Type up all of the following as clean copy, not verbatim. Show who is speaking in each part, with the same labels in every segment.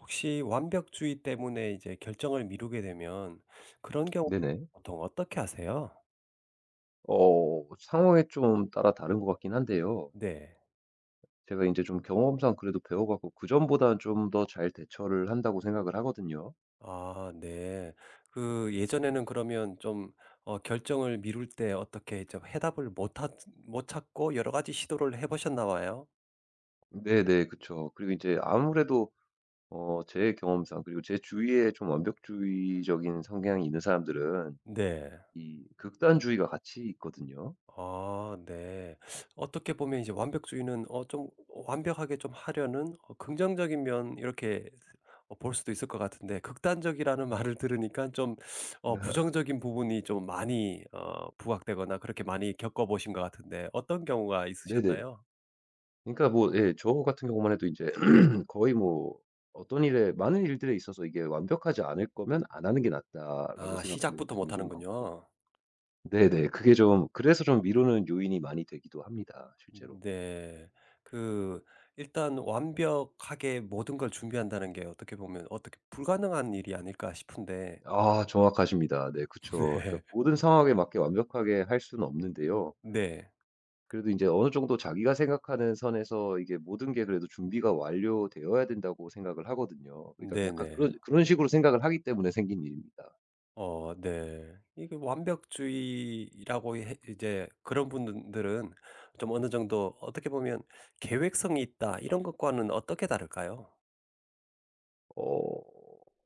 Speaker 1: 혹시 완벽주의 때문에 이제 결정을 미루게 되면 그런 경우
Speaker 2: 네네.
Speaker 1: 보통 어떻게 하세요?
Speaker 2: 상황에 좀 따라 다른 것 같긴 한데요.
Speaker 1: 네.
Speaker 2: 제가 이제 좀 경험상 그래도 배워 갖고 그전보다는 좀 더 잘 대처를 한다고 생각을 하거든요.
Speaker 1: 아 네. 그 예전에는 그러면 좀 결정을 미룰 때 어떻게 좀 해답을 못 찾고 여러 가지 시도를 해 보셨나 봐요?
Speaker 2: 네네. 그쵸. 그리고 이제 아무래도 제 경험상, 그리고 제 주위에 좀 완벽주의적인 성향이 있는 사람들은
Speaker 1: 네.
Speaker 2: 이 극단주의가 같이 있거든요.
Speaker 1: 아 네. 어떻게 보면 이제 완벽주의는 좀 완벽하게 좀 하려는 긍정적인 면 이렇게 볼 수도 있을 것 같은데 극단적이라는 말을 들으니까 좀 부정적인 부분이 좀 많이 부각되거나 그렇게 많이 겪어 보신 것 같은데 어떤 경우가
Speaker 2: 네네.
Speaker 1: 있으셨나요?
Speaker 2: 그러니까 뭐 예 저 같은 경우만 해도 이제 거의 뭐 어떤 일에 많은 일들에 있어서 이게 '완벽하지 않을 거면 안 하는 게 낫다.'라고
Speaker 1: 아
Speaker 2: 생각하는
Speaker 1: 시작부터
Speaker 2: 편이
Speaker 1: 못
Speaker 2: 좀 많고요.
Speaker 1: 하는군요.
Speaker 2: 네네. 그게 좀 그래서 좀 미루는 요인이 많이 되기도 합니다 실제로.
Speaker 1: 네. 그 일단 완벽하게 모든 걸 준비한다는 게 어떻게 보면 어떻게 불가능한 일이 아닐까 싶은데.
Speaker 2: 아 정확하십니다. 네 그쵸.
Speaker 1: 네.
Speaker 2: 그러니까 모든 상황에 맞게 완벽하게 할 수는 없는데요.
Speaker 1: 네.
Speaker 2: 그래도 인제 어느 정도 자기가 생각하는 선에서 이게 모든 게 그래도 준비가 완료되어야 된다고 생각을 하거든요. 그러니까 그 약간
Speaker 1: 네네.
Speaker 2: 그런 식으로 생각을 하기 때문에 생긴 일입니다.
Speaker 1: 네. 이게 완벽주의라고 해 이제 그런 분들은 좀 어느 정도 어떻게 보면 계획성이 있다 이런 것과는 어떻게 다를까요?
Speaker 2: 어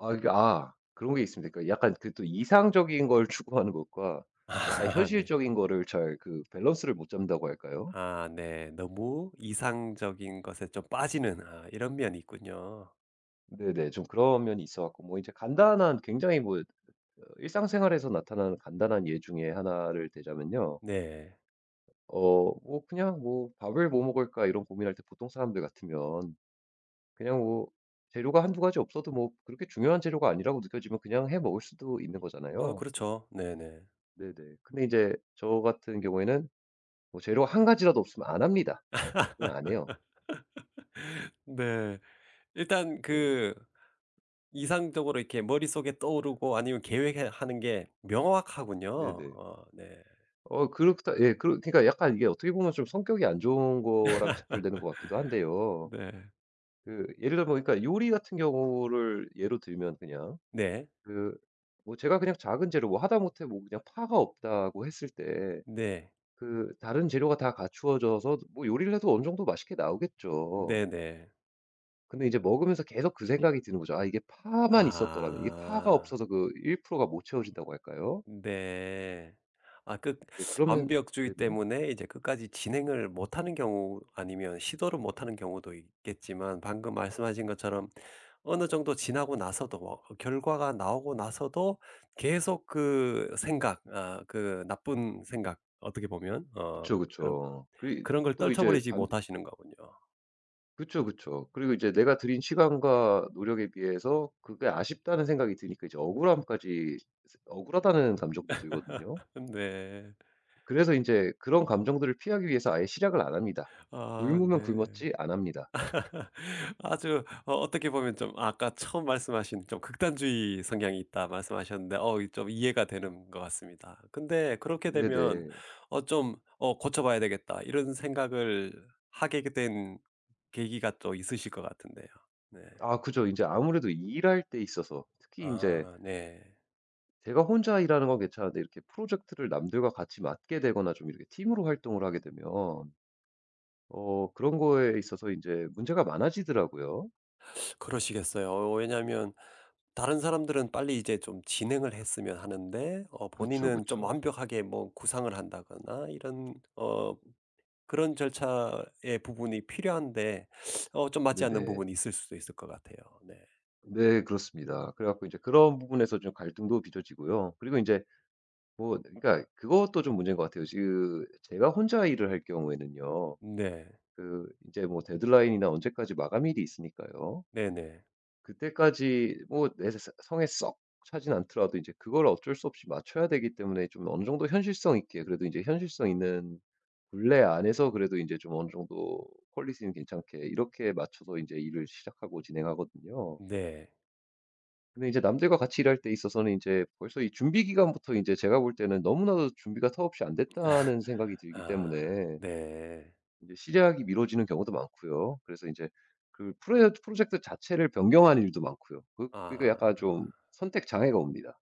Speaker 2: 이게 그런 게 있습니다. 그러니까 약간 그 또 이상적인 걸 추구하는 것과 약간
Speaker 1: 아 네.
Speaker 2: 현실적인 거를 잘 그 밸런스를 못 잡는다고 할까요?
Speaker 1: 아 네. 너무 이상적인 것에 좀 빠지는 아 이런 면이 있군요.
Speaker 2: 네네. 좀 그런 면이 있어 갖고 뭐 이제 간단한 굉장히 뭐 일상생활에서 나타나는 간단한 예 중에 하나를 대자면요.
Speaker 1: 네.
Speaker 2: 뭐 그냥 뭐 '밥을 뭐 먹을까?' 이런 고민할 때 보통 사람들 같으면 그냥 뭐 재료가 한두 가지 없어도 뭐 그렇게 중요한 재료가 아니라고 느껴지면 그냥 해 먹을 수도 있는
Speaker 1: 아
Speaker 2: 거잖아요.
Speaker 1: 그렇죠. 네네.
Speaker 2: 네네. 근데 이제 저 같은 경우에는 뭐 재료가 한 가지라도 없으면 안 합니다. 그냥 안 해요.
Speaker 1: 네. 일단
Speaker 2: 네.
Speaker 1: 그 이상적으로 이렇게 머릿속에 떠오르고 아니면 계획 하는 게 명확하군요.
Speaker 2: 네네.
Speaker 1: 네.
Speaker 2: 그렇다 예. 그러니까 약간 이게 어떻게 보면 좀 성격이 안 좋은 거랑 직결되는 것 같기도 한데요.
Speaker 1: 네.
Speaker 2: 그 예를 들어 보니까 요리 같은 경우를 예로 들면 그냥
Speaker 1: 네.
Speaker 2: 그 뭐 제가 그냥 작은 재료 뭐 하다못해 뭐 그냥 파가 없다고 했을 때,
Speaker 1: 네.
Speaker 2: 그 다른 재료가 다 갖추어져서 뭐 요리를 해도 어느 정도 맛있게 나오겠죠.
Speaker 1: 네네.
Speaker 2: 근데 이제 먹으면서 계속 그 생각이 드는 거죠. '아 이게 파만 있었더라면.' 이게 파가
Speaker 1: 아.
Speaker 2: 없어서 그 1%가 못 채워진다고 할까요?
Speaker 1: 네. 아 끝
Speaker 2: 네 그러면
Speaker 1: 완벽주의
Speaker 2: 네네.
Speaker 1: 때문에 이제 끝까지 진행을 못하는 경우 아니면 시도를 못하는 경우도 있겠지만 방금 말씀하신 것처럼 어느 정도 지나고 나서도 뭐 결과가 나오고 나서도 계속 그 생각 아 그 나쁜 생각 어떻게 보면
Speaker 2: 그쵸,
Speaker 1: 그런
Speaker 2: 그쵸. 그
Speaker 1: 그런 걸
Speaker 2: 또 이제
Speaker 1: 떨쳐버리지 못하시는 거군요.
Speaker 2: 그쵸, 그쵸. 그리고 이제 내가 들인 시간과 노력에 비해서 그게 아쉽다는 생각이 드니까 이제 억울함까지, 억울하다는 감정도 들거든요.
Speaker 1: 네.
Speaker 2: 그래서 이제 그런 감정들을 피하기 위해서 아예 시작을 안 합니다.
Speaker 1: 아
Speaker 2: 굶으면
Speaker 1: 네.
Speaker 2: 굶었지 안 합니다.
Speaker 1: 아주 어떻게 보면 좀 아까 처음 말씀하신 좀 극단주의 성향이 있다 말씀하셨는데 이좀 이해가 되는 것 같습니다. 근데 그렇게 되면
Speaker 2: 네네.
Speaker 1: 좀 '고쳐 봐야 되겠다.' 이런 생각을 하게 된 계기가 또 있으실 것 같은데요. 네.
Speaker 2: 아 그죠. 이제 아무래도 일할 때 있어서 특히 이제
Speaker 1: 아 네.
Speaker 2: 제가 혼자 일하는 건 괜찮은데, 이렇게 프로젝트를 남들과 같이 맡게 되거나 좀 이렇게 팀으로 활동을 하게 되면 그런 거에 있어서 이제 문제가 많아지더라고요.
Speaker 1: 그러시겠어요. 왜냐하면 다른 사람들은 빨리 이제 좀 진행을 했으면 하는데
Speaker 2: 그쵸,
Speaker 1: 본인은 좀
Speaker 2: 그쵸.
Speaker 1: 완벽하게 뭐 구상을 한다거나 이런 그런 절차의 부분이 필요한데 좀 맞지 않는
Speaker 2: 네네.
Speaker 1: 부분이 있을 수도 있을 것 같아요. 네.
Speaker 2: 네 그렇습니다. 그래 갖고 이제 그런 부분에서 좀 갈등도 빚어지고요. 그리고 이제 뭐 그러니까 그것도 좀 문제인 것 같아요. 지금 제가 혼자 일을 할 경우에는요.
Speaker 1: 네.
Speaker 2: 그 이제 뭐 데드라인이나 언제까지 마감일이 있으니까요.
Speaker 1: 네네.
Speaker 2: 그때까지 뭐 내 성에 썩 차진 않더라도 이제 그걸 어쩔 수 없이 맞춰야 되기 때문에 좀 어느 정도 현실성 있게, 그래도 이제 현실성 있는 굴레 안에서 그래도 이제 좀 어느 정도 퀄리티는 괜찮게 이렇게 맞춰서 이제 일을 시작하고 진행하거든요.
Speaker 1: 네.
Speaker 2: 근데 이제 남들과 같이 일할 때 있어서는 이제 벌써 이 준비 기간부터 이제 제가 볼 때는 너무나도 준비가 터없이 안 됐다는 생각이 들기
Speaker 1: 아
Speaker 2: 때문에
Speaker 1: 네.
Speaker 2: 이제 시작이 미뤄지는 경우도 많고요. 그래서 이제 그 프로젝트 자체를 변경하는 일도 많고요. 그 그러니까
Speaker 1: 아
Speaker 2: 약간 좀 선택 장애가 옵니다.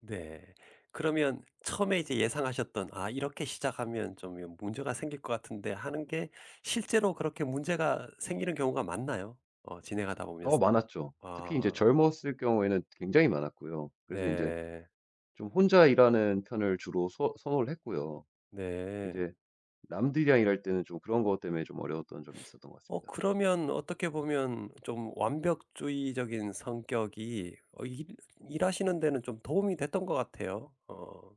Speaker 1: 네. 그러면 처음에 이제 예상하셨던 '아 이렇게 시작하면 좀 여 문제가 생길 것 같은데.' 하는 게 실제로 그렇게 문제가 생기는 경우가 많나요? 진행하다
Speaker 2: 어
Speaker 1: 보면서.
Speaker 2: 많았죠. 특히 이제
Speaker 1: 아
Speaker 2: 젊었을 경우에는 굉장히 많았고요. 그래서 이제
Speaker 1: 네.
Speaker 2: 좀 혼자 일하는 편을 주로 소 선호를 했고요.
Speaker 1: 네.
Speaker 2: 이제 남들이랑 일할 때는 좀 그런 것 때문에 좀 어려웠던 점이 있었던 것 같습니다.
Speaker 1: 그러면 어떻게 보면 좀 완벽주의적인 성격이 어 일 일하시는 데는 좀 도움이 됐던 것 같아요.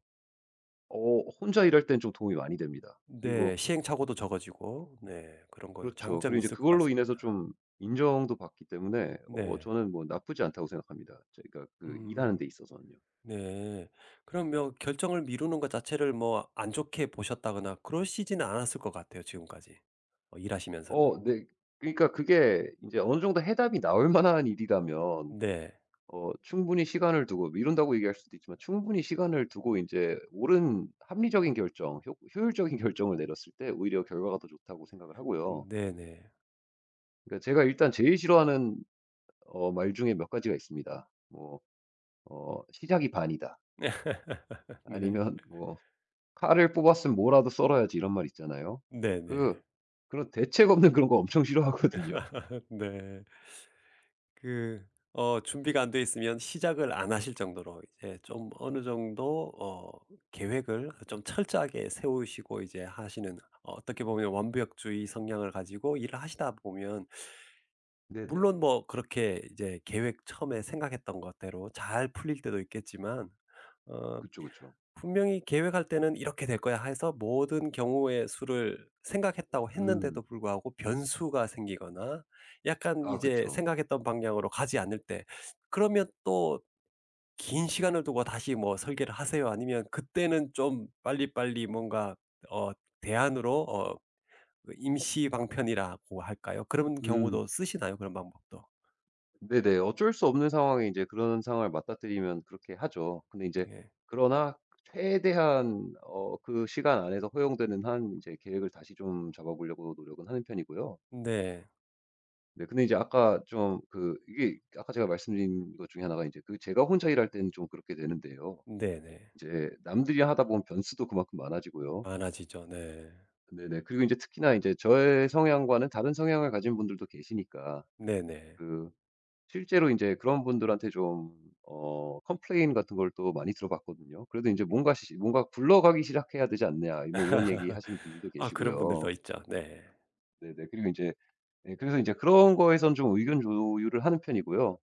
Speaker 2: 어 혼자 일할 땐 좀 도움이 많이 됩니다. 그리고
Speaker 1: 네. 시행착오도 적어지고 네 그런 거
Speaker 2: 그렇죠.
Speaker 1: 장점이
Speaker 2: 그리고 이제
Speaker 1: 있을 것
Speaker 2: 그걸로
Speaker 1: 같습니다.
Speaker 2: 인해서 좀 인정도 받기 때문에
Speaker 1: 네.
Speaker 2: 저는 뭐 나쁘지 않다고 생각합니다. 저 그러니까 그 일하는
Speaker 1: 음
Speaker 2: 데 있어서는요.
Speaker 1: 네. 그럼 뭐 결정을 미루는 것 자체를 뭐 안 좋게 보셨다거나 그러시지는 않았을 것 같아요 지금까지. 일하시면서는.
Speaker 2: 어 네. 그러니까 그게 이제 어느 정도 해답이 나올 만한 일이라면
Speaker 1: 네.
Speaker 2: 충분히 시간을 두고 미룬다고 얘기할 수도 있지만, 충분히 시간을 두고 이제 옳은 합리적인 결정, 효 효율적인 결정을 내렸을 때 오히려 결과가 더 좋다고 생각을 하고요.
Speaker 1: 네네.
Speaker 2: 그러니까 제가 일단 제일 싫어하는 말 중에 몇 가지가 있습니다. 뭐 "시작이 반이다."
Speaker 1: 네.
Speaker 2: 아니면 뭐 "칼을 뽑았으면 뭐라도 썰어야지." 이런 말 있잖아요.
Speaker 1: 네네.
Speaker 2: 그 그런 대책 없는 그런 거 엄청 싫어하거든요.
Speaker 1: 네. 그 준비가 안 돼 있으면 시작을 안 하실 정도로 이제 좀 어느 정도 계획을 좀 철저하게 세우시고 이제 하시는 어떻게 보면 완벽주의 성향을 가지고 일을 하시다 보면 물론
Speaker 2: 네네.
Speaker 1: 뭐 그렇게 이제 계획 처음에 생각했던 것대로 잘 풀릴 때도 있겠지만 어,
Speaker 2: 그쵸, 그쵸.
Speaker 1: 분명히 계획할 때는 '이렇게 될 거야.' 해서 모든 경우의 수를 생각했다고
Speaker 2: 음.
Speaker 1: 했는데도 불구하고 변수가 생기거나 약간
Speaker 2: 아
Speaker 1: 이제
Speaker 2: 그쵸.
Speaker 1: 생각했던 방향으로 가지 않을 때 그러면 또 긴 시간을 두고 다시 뭐 설계를 하세요? 아니면 그때는 좀 빨리빨리 뭔가 어 대안으로 그 임시 방편이라고 할까요? 그런
Speaker 2: 음.
Speaker 1: 경우도 쓰시나요? 그런 방법도?
Speaker 2: 네네. 어쩔 수 없는 상황에 이제 그런 상황을 맞닥뜨리면 그렇게 하죠. 근데 이제
Speaker 1: 예.
Speaker 2: 그러나 최대한 그 시간 안에서 허용되는 한 이제 계획을 다시 좀 잡아 보려고 노력은 하는 편이고요.
Speaker 1: 네.
Speaker 2: 네. 근데 이제 아까 좀 그 이게 아까 제가 말씀드린 것 중에 하나가 이제 그 제가 혼자 일할 때는 좀 그렇게 되는데요.
Speaker 1: 네네.
Speaker 2: 이제 남들이 하다 보면 변수도 그만큼 많아지고요.
Speaker 1: 많아지죠. 네.
Speaker 2: 네네. 그리고 이제 특히나 이제 저의 성향과는 다른 성향을 가진 분들도 계시니까
Speaker 1: 네네.
Speaker 2: 그 실제로 이제 그런 분들한테 좀 컴플레인 같은 걸 또 많이 들어봤거든요. 그래도 이제 뭔가 시 뭔가 "굴러가기 시작해야 되지 않냐." 뭐 이런 얘기하시는 분들도
Speaker 1: 아 그런
Speaker 2: 계시고요.
Speaker 1: 분들도 있죠. 네.
Speaker 2: 네네. 그리고 이제 예 그래서 이제 그런 거에선 좀 의견 조율을 하는 편이고요.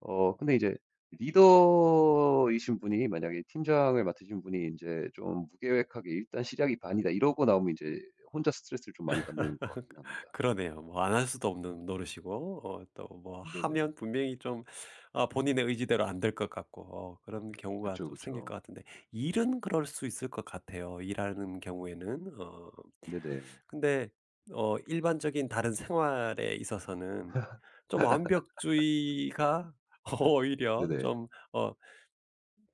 Speaker 2: 근데 이제 리더이신 분이, 만약에 팀장을 맡으신 분이 이제 좀 무계획하게 "일단 시작이 반이다." 이러고 나오면 이제 혼자 스트레스를 좀 많이 받는 것 같긴 합니다.
Speaker 1: 그러네요. 뭐 안 할 수도 없는 노릇이고 또 뭐
Speaker 2: 네네.
Speaker 1: 하면 분명히 좀 아 본인의 의지대로 안 될 것 같고 그런 경우가
Speaker 2: 그쵸,
Speaker 1: 좀 생길 것
Speaker 2: 그쵸.
Speaker 1: 같은데 일은 그럴 수 있을 것 같아요, 일하는 경우에는.
Speaker 2: 네네.
Speaker 1: 근데 일반적인 다른 생활에 있어서는 좀 완벽주의가 오히려
Speaker 2: 네네.
Speaker 1: 좀어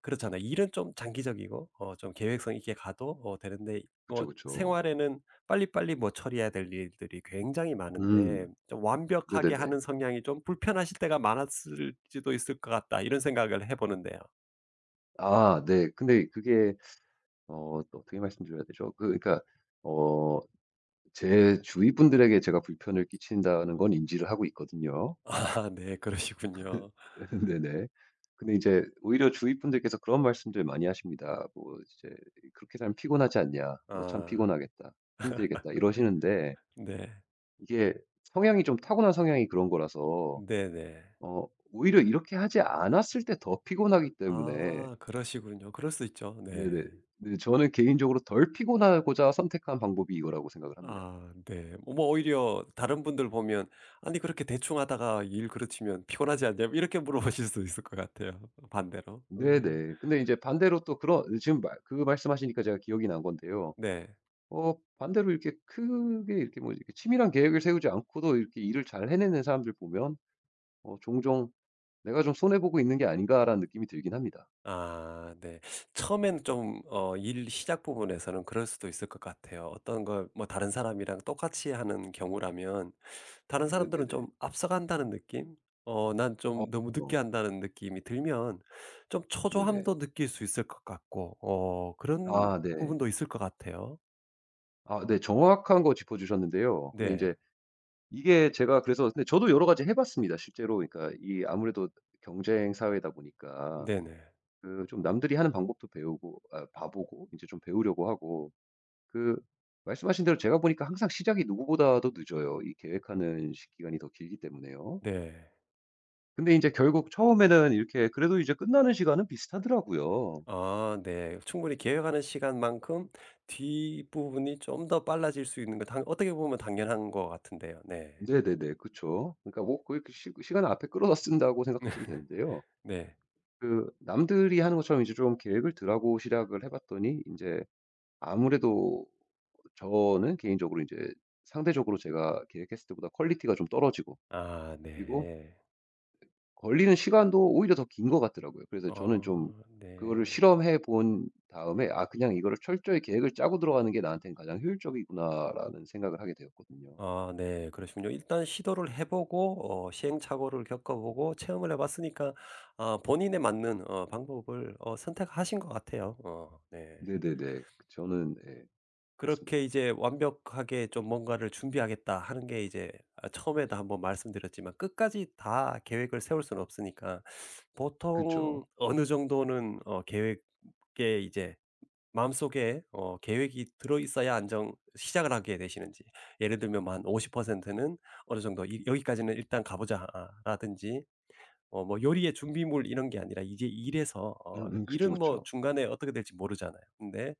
Speaker 1: 그렇잖아요. 일은 좀 장기적이고 좀 계획성 있게 가도 되는데
Speaker 2: 그쵸,
Speaker 1: 뭐
Speaker 2: 그쵸.
Speaker 1: 생활에는 빨리빨리 뭐 처리해야 될 일들이 굉장히 많은데
Speaker 2: 음.
Speaker 1: 좀 '완벽하게
Speaker 2: 네네네.
Speaker 1: 하는 성향이 좀 불편하실 때가 많았을지도 있을 것 같다.' 이런 생각을 해 보는데요.
Speaker 2: 아 네. 근데 그게 또 어떻게 말씀드려야 되죠? 그 그러니까 어 제 주위 분들에게 제가 불편을 끼친다는 건 인지를 하고 있거든요.
Speaker 1: 아 네. 그러시군요.
Speaker 2: 네네. 근데 이제 오히려 주위 분들께서 그런 말씀들 많이 하십니다. 뭐 이제 "그렇게 살면 피곤하지 않냐. 너 참
Speaker 1: 아
Speaker 2: 피곤하겠다. 힘들겠다." 이러시는데,
Speaker 1: 네.
Speaker 2: 이게 성향이 좀 타고난 성향이 그런 거라서
Speaker 1: 네네.
Speaker 2: 오히려 이렇게 하지 않았을 때 더 피곤하기 때문에.
Speaker 1: 아 그러시군요. 그럴 수 있죠.
Speaker 2: 네네.
Speaker 1: 네.
Speaker 2: 네 저는 개인적으로 덜 피곤하고자 선택한 방법이 이거라고 생각을 합니다.
Speaker 1: 아 네. 뭐 오히려 다른 분들 보면 "아니 그렇게 대충 하다가 일 그르치면 피곤하지 않냐?" 뭐 이렇게 물어보실 수도 있을 것 같아요 반대로. 네.
Speaker 2: 네네. 근데 이제 반대로 또 그런 지금 말 그 말씀하시니까 제가 기억이 난 건데요.
Speaker 1: 네.
Speaker 2: 반대로 이렇게 크게 이렇게 뭐 이렇게 치밀한 계획을 세우지 않고도 이렇게 일을 잘 해내는 사람들 보면 종종 '내가 좀 손해 보고 있는 게 아닌가.'라는 느낌이 들긴 합니다.
Speaker 1: 아 네. 처음엔 좀 일 시작 부분에서는 그럴 수도 있을 것 같아요. 어떤 걸 뭐 다른 사람이랑 똑같이 하는 경우라면 다른 사람들은 좀
Speaker 2: 네네네.
Speaker 1: 앞서간다는 느낌? 난
Speaker 2: 어
Speaker 1: 좀 너무
Speaker 2: 어,
Speaker 1: 늦게 한다는 느낌이 들면 좀
Speaker 2: 네네.
Speaker 1: 초조함도 느낄 수 있을 것 같고 그런
Speaker 2: 아 네.
Speaker 1: 부분도 있을 것 같아요.
Speaker 2: 아 네. 정확한 거 짚어 주셨는데요. 근데 이제
Speaker 1: 네.
Speaker 2: 이게 제가 그래서 근데 저도 여러 가지 해 봤습니다. 실제로 그러니까 이 아무래도 경쟁 사회다 보니까,
Speaker 1: 네네.
Speaker 2: 그 좀 남들이 하는 방법도 배우고 아 봐 보고 이제 좀 배우려고 하고 그 말씀하신 대로 제가 보니까 항상 시작이 누구보다도 늦어요. 이 계획하는 시 기간이 더 길기 때문에요.
Speaker 1: 네.
Speaker 2: 근데 이제 결국 처음에는 이렇게 그래도 이제 끝나는 시간은 비슷하더라고요.
Speaker 1: 아 네. 충분히 계획하는 시간만큼 뒷부분이 좀 더 빨라질 수 있는 거 당 어떻게 보면 당연한 것 같은데요. 네.
Speaker 2: 네네네. 그쵸. 그러니까 뭐 그렇게 시 시간을 앞에 끌어다 쓴다고 생각하시면 되는데요.
Speaker 1: 네.
Speaker 2: 그 남들이 하는 것처럼 이제 좀 계획을 들하고 시작을 해 봤더니 이제 아무래도 저는 개인적으로 이제 상대적으로 제가 계획했을 때보다 퀄리티가 좀 떨어지고,
Speaker 1: 아
Speaker 2: 그리고
Speaker 1: 네.
Speaker 2: 걸리는 시간도 오히려 더 긴 것 같더라고요. 그래서 저는 좀 그거를
Speaker 1: 네.
Speaker 2: 실험해 본 다음에 '아 그냥 이거를 철저히 계획을 짜고 들어가는 게 나한테는 가장 효율적이구나.'라는 생각을 하게 되었거든요.
Speaker 1: 아 네. 그러시군요. 일단 시도를 해 보고 시행착오를 겪어 보고 체험을 해 봤으니까 아 본인에 맞는 방법을 선택하신 것 같아요. 네.
Speaker 2: 네네네. 저는 예
Speaker 1: 그렇게
Speaker 2: 그렇습니다.
Speaker 1: 이제 완벽하게 좀 뭔가를 준비하겠다 하는 게 이제 아 처음에도 한번 말씀드렸지만 끝까지 다 계획을 세울 수는 없으니까
Speaker 2: 그쵸.
Speaker 1: 보통 어느 정도는 계획에 이제 마음속에 계획이 들어 있어야 안정 시작을 하게 되시는지 예를 들면 뭐 한 50%는 어느 정도 이 '여기까지는 일단 가 보자.' 아 라든지 뭐 요리의 준비물 이런 게 아니라 이제 일에서
Speaker 2: 음음. 그쵸,
Speaker 1: 일은 뭐
Speaker 2: 그쵸.
Speaker 1: 중간에 어떻게 될지 모르잖아요. 근데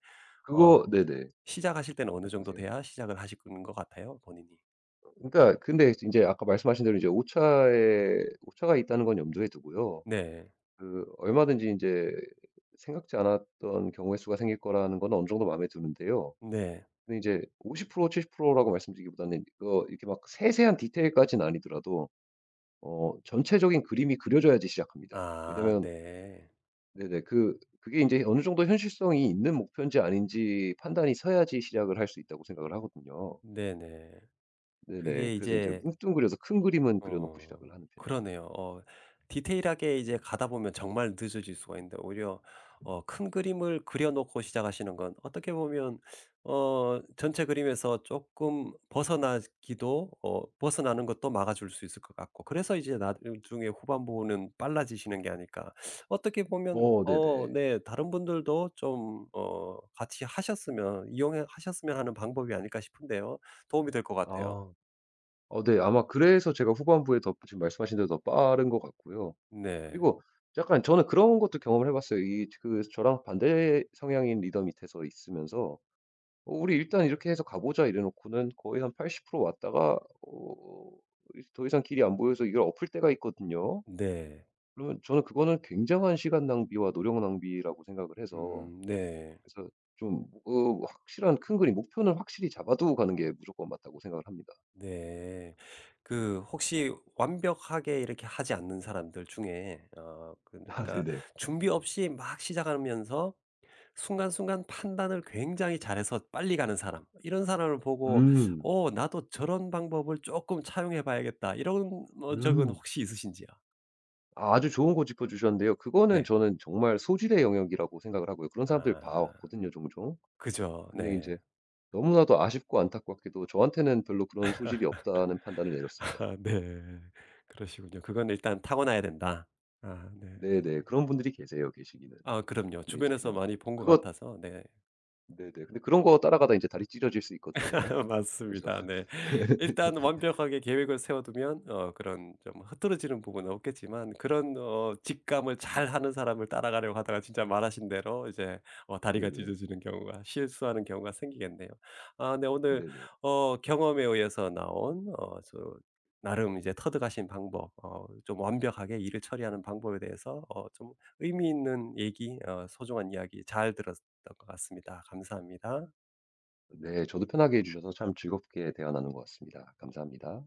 Speaker 1: 어
Speaker 2: 그거 네네.
Speaker 1: 시작하실 때는 어느 정도
Speaker 2: 말씀하세요.
Speaker 1: 돼야 시작을 하시는 것 같아요, 본인이?
Speaker 2: 그러니까 근데 인제 아까 말씀하신 대로 이제 오차에 오차가 있다는 건 염두에 두고요.
Speaker 1: 네.
Speaker 2: 그 얼마든지 인제 생각지 않았던 경우의 수가 생길 거라는 건 어느 정도 마음에 드는데요.
Speaker 1: 네.
Speaker 2: 근데 이제 50% 70% 라고 말씀드리기보다는 이거 이렇게 막 세세한 디테일까지는 아니더라도 전체적인 그림이 그려져야지 시작합니다.
Speaker 1: 아
Speaker 2: 왜냐면
Speaker 1: 네.
Speaker 2: 네네 그 그게 인제 어느 정도 현실성이 있는 목표인지 아닌지 판단이 서야지 시작을 할 수 있다고 생각을 하거든요.
Speaker 1: 네네.
Speaker 2: 네네.
Speaker 1: 그게
Speaker 2: 그래서 인제
Speaker 1: 이제
Speaker 2: 뭉뚱그려서 큰 그림은 그려 놓고 시작을 하는 편입니다.
Speaker 1: 그러네요. 디테일하게 이제 가다 보면 정말 늦어질 수가 있는데 오히려 큰 그림을 그려 놓고 시작하시는 건 어떻게 보면 전체 그림에서 조금 벗어나기도 벗어나는 것도 막아줄 수 있을 것 같고 그래서 이제 나중에 후반부는 빨라지시는 게 아닐까. 어떻게 보면
Speaker 2: 어 네네.
Speaker 1: 네 '다른 분들도 좀 같이 하셨으면 이용해 하셨으면 하는 방법이 아닐까.' 싶은데요. 도움이 될 것 같아요.
Speaker 2: 아. 어 네. 아마 그래서 제가 후반부에 더 지금 말씀하신 대로 더 빠른 것 같고요.
Speaker 1: 네.
Speaker 2: 그리고 약간 저는 그런 것도 경험을 해 봤어요. 이 그 저랑 반대 성향인 리더 밑에서 있으면서 우리 일단 이렇게 해서 가 보자." 이래 놓고는 거의 한 80% 왔다가 어 더 이상 길이 안 보여서 이걸 엎을 때가 있거든요.
Speaker 1: 네.
Speaker 2: 그러면 저는 그거는 굉장한 시간 낭비와 노력 낭비라고 생각을 해서,
Speaker 1: 네.
Speaker 2: 그래서 좀 확실한 큰 그림 목표는 확실히 잡아 두고 가는 게 무조건 맞다고 생각을 합니다.
Speaker 1: 네. 그 혹시 완벽하게 이렇게 하지 않는 사람들 중에
Speaker 2: 아
Speaker 1: 그러니까
Speaker 2: 네네.
Speaker 1: 준비 없이 막 시작하면서 순간순간 판단을 굉장히 잘해서 빨리 가는 사람 이런 사람을 보고
Speaker 2: 음.
Speaker 1: '어 나도 저런 방법을 조금 차용해 봐야겠다.' 이런 적은
Speaker 2: 음.
Speaker 1: 혹시 있으신지요?
Speaker 2: 아주 좋은 거 짚어 주셨는데요. 그거는
Speaker 1: 네.
Speaker 2: 저는 정말 소질의 영역이라고 생각을 하고요. 그런 사람들
Speaker 1: 아
Speaker 2: 봐왔거든요 종종.
Speaker 1: 그죠.
Speaker 2: 근데 이
Speaker 1: 네.
Speaker 2: 제 너무나도 아쉽고 안타깝게도 저한테는 별로 그런 소질이 없다는 판단을 내렸습니다.
Speaker 1: 아, 네. 그러시군요. 그건 일단 타고나야 된다. 아 네.
Speaker 2: 네네. 그런 분들이 계세요 계시기는.
Speaker 1: 아 그럼요.
Speaker 2: 근데 이제
Speaker 1: 주변에서
Speaker 2: 그냥
Speaker 1: 많이 본 것
Speaker 2: 그것
Speaker 1: 같아서 네.
Speaker 2: 네네. 근데 그런 거 따라가다 이제 다리 찢어질 수 있거든요. 그래서
Speaker 1: 맞습니다. 네. 일단 완벽하게 계획을 세워두면 그런 좀 흐트러지는 부분은 없겠지만 그런 직감을 잘하는 사람을 따라가려고 하다가 진짜 말하신 대로 이제 다리가
Speaker 2: 네네.
Speaker 1: 찢어지는 경우가 실수하는 경우가 생기겠네요. 아 네. 오늘
Speaker 2: 네네.
Speaker 1: 경험에 의해서 나온 저 나름 이제 터득하신 방법 좀 완벽하게 일을 처리하는 방법에 대해서 어 좀 의미 있는 얘기 소중한 이야기 잘 들었던 것 같습니다. 감사합니다.
Speaker 2: 네. 저도 편하게 해 주셔서 참 즐겁게 대화 나눈 것 같습니다. 감사합니다.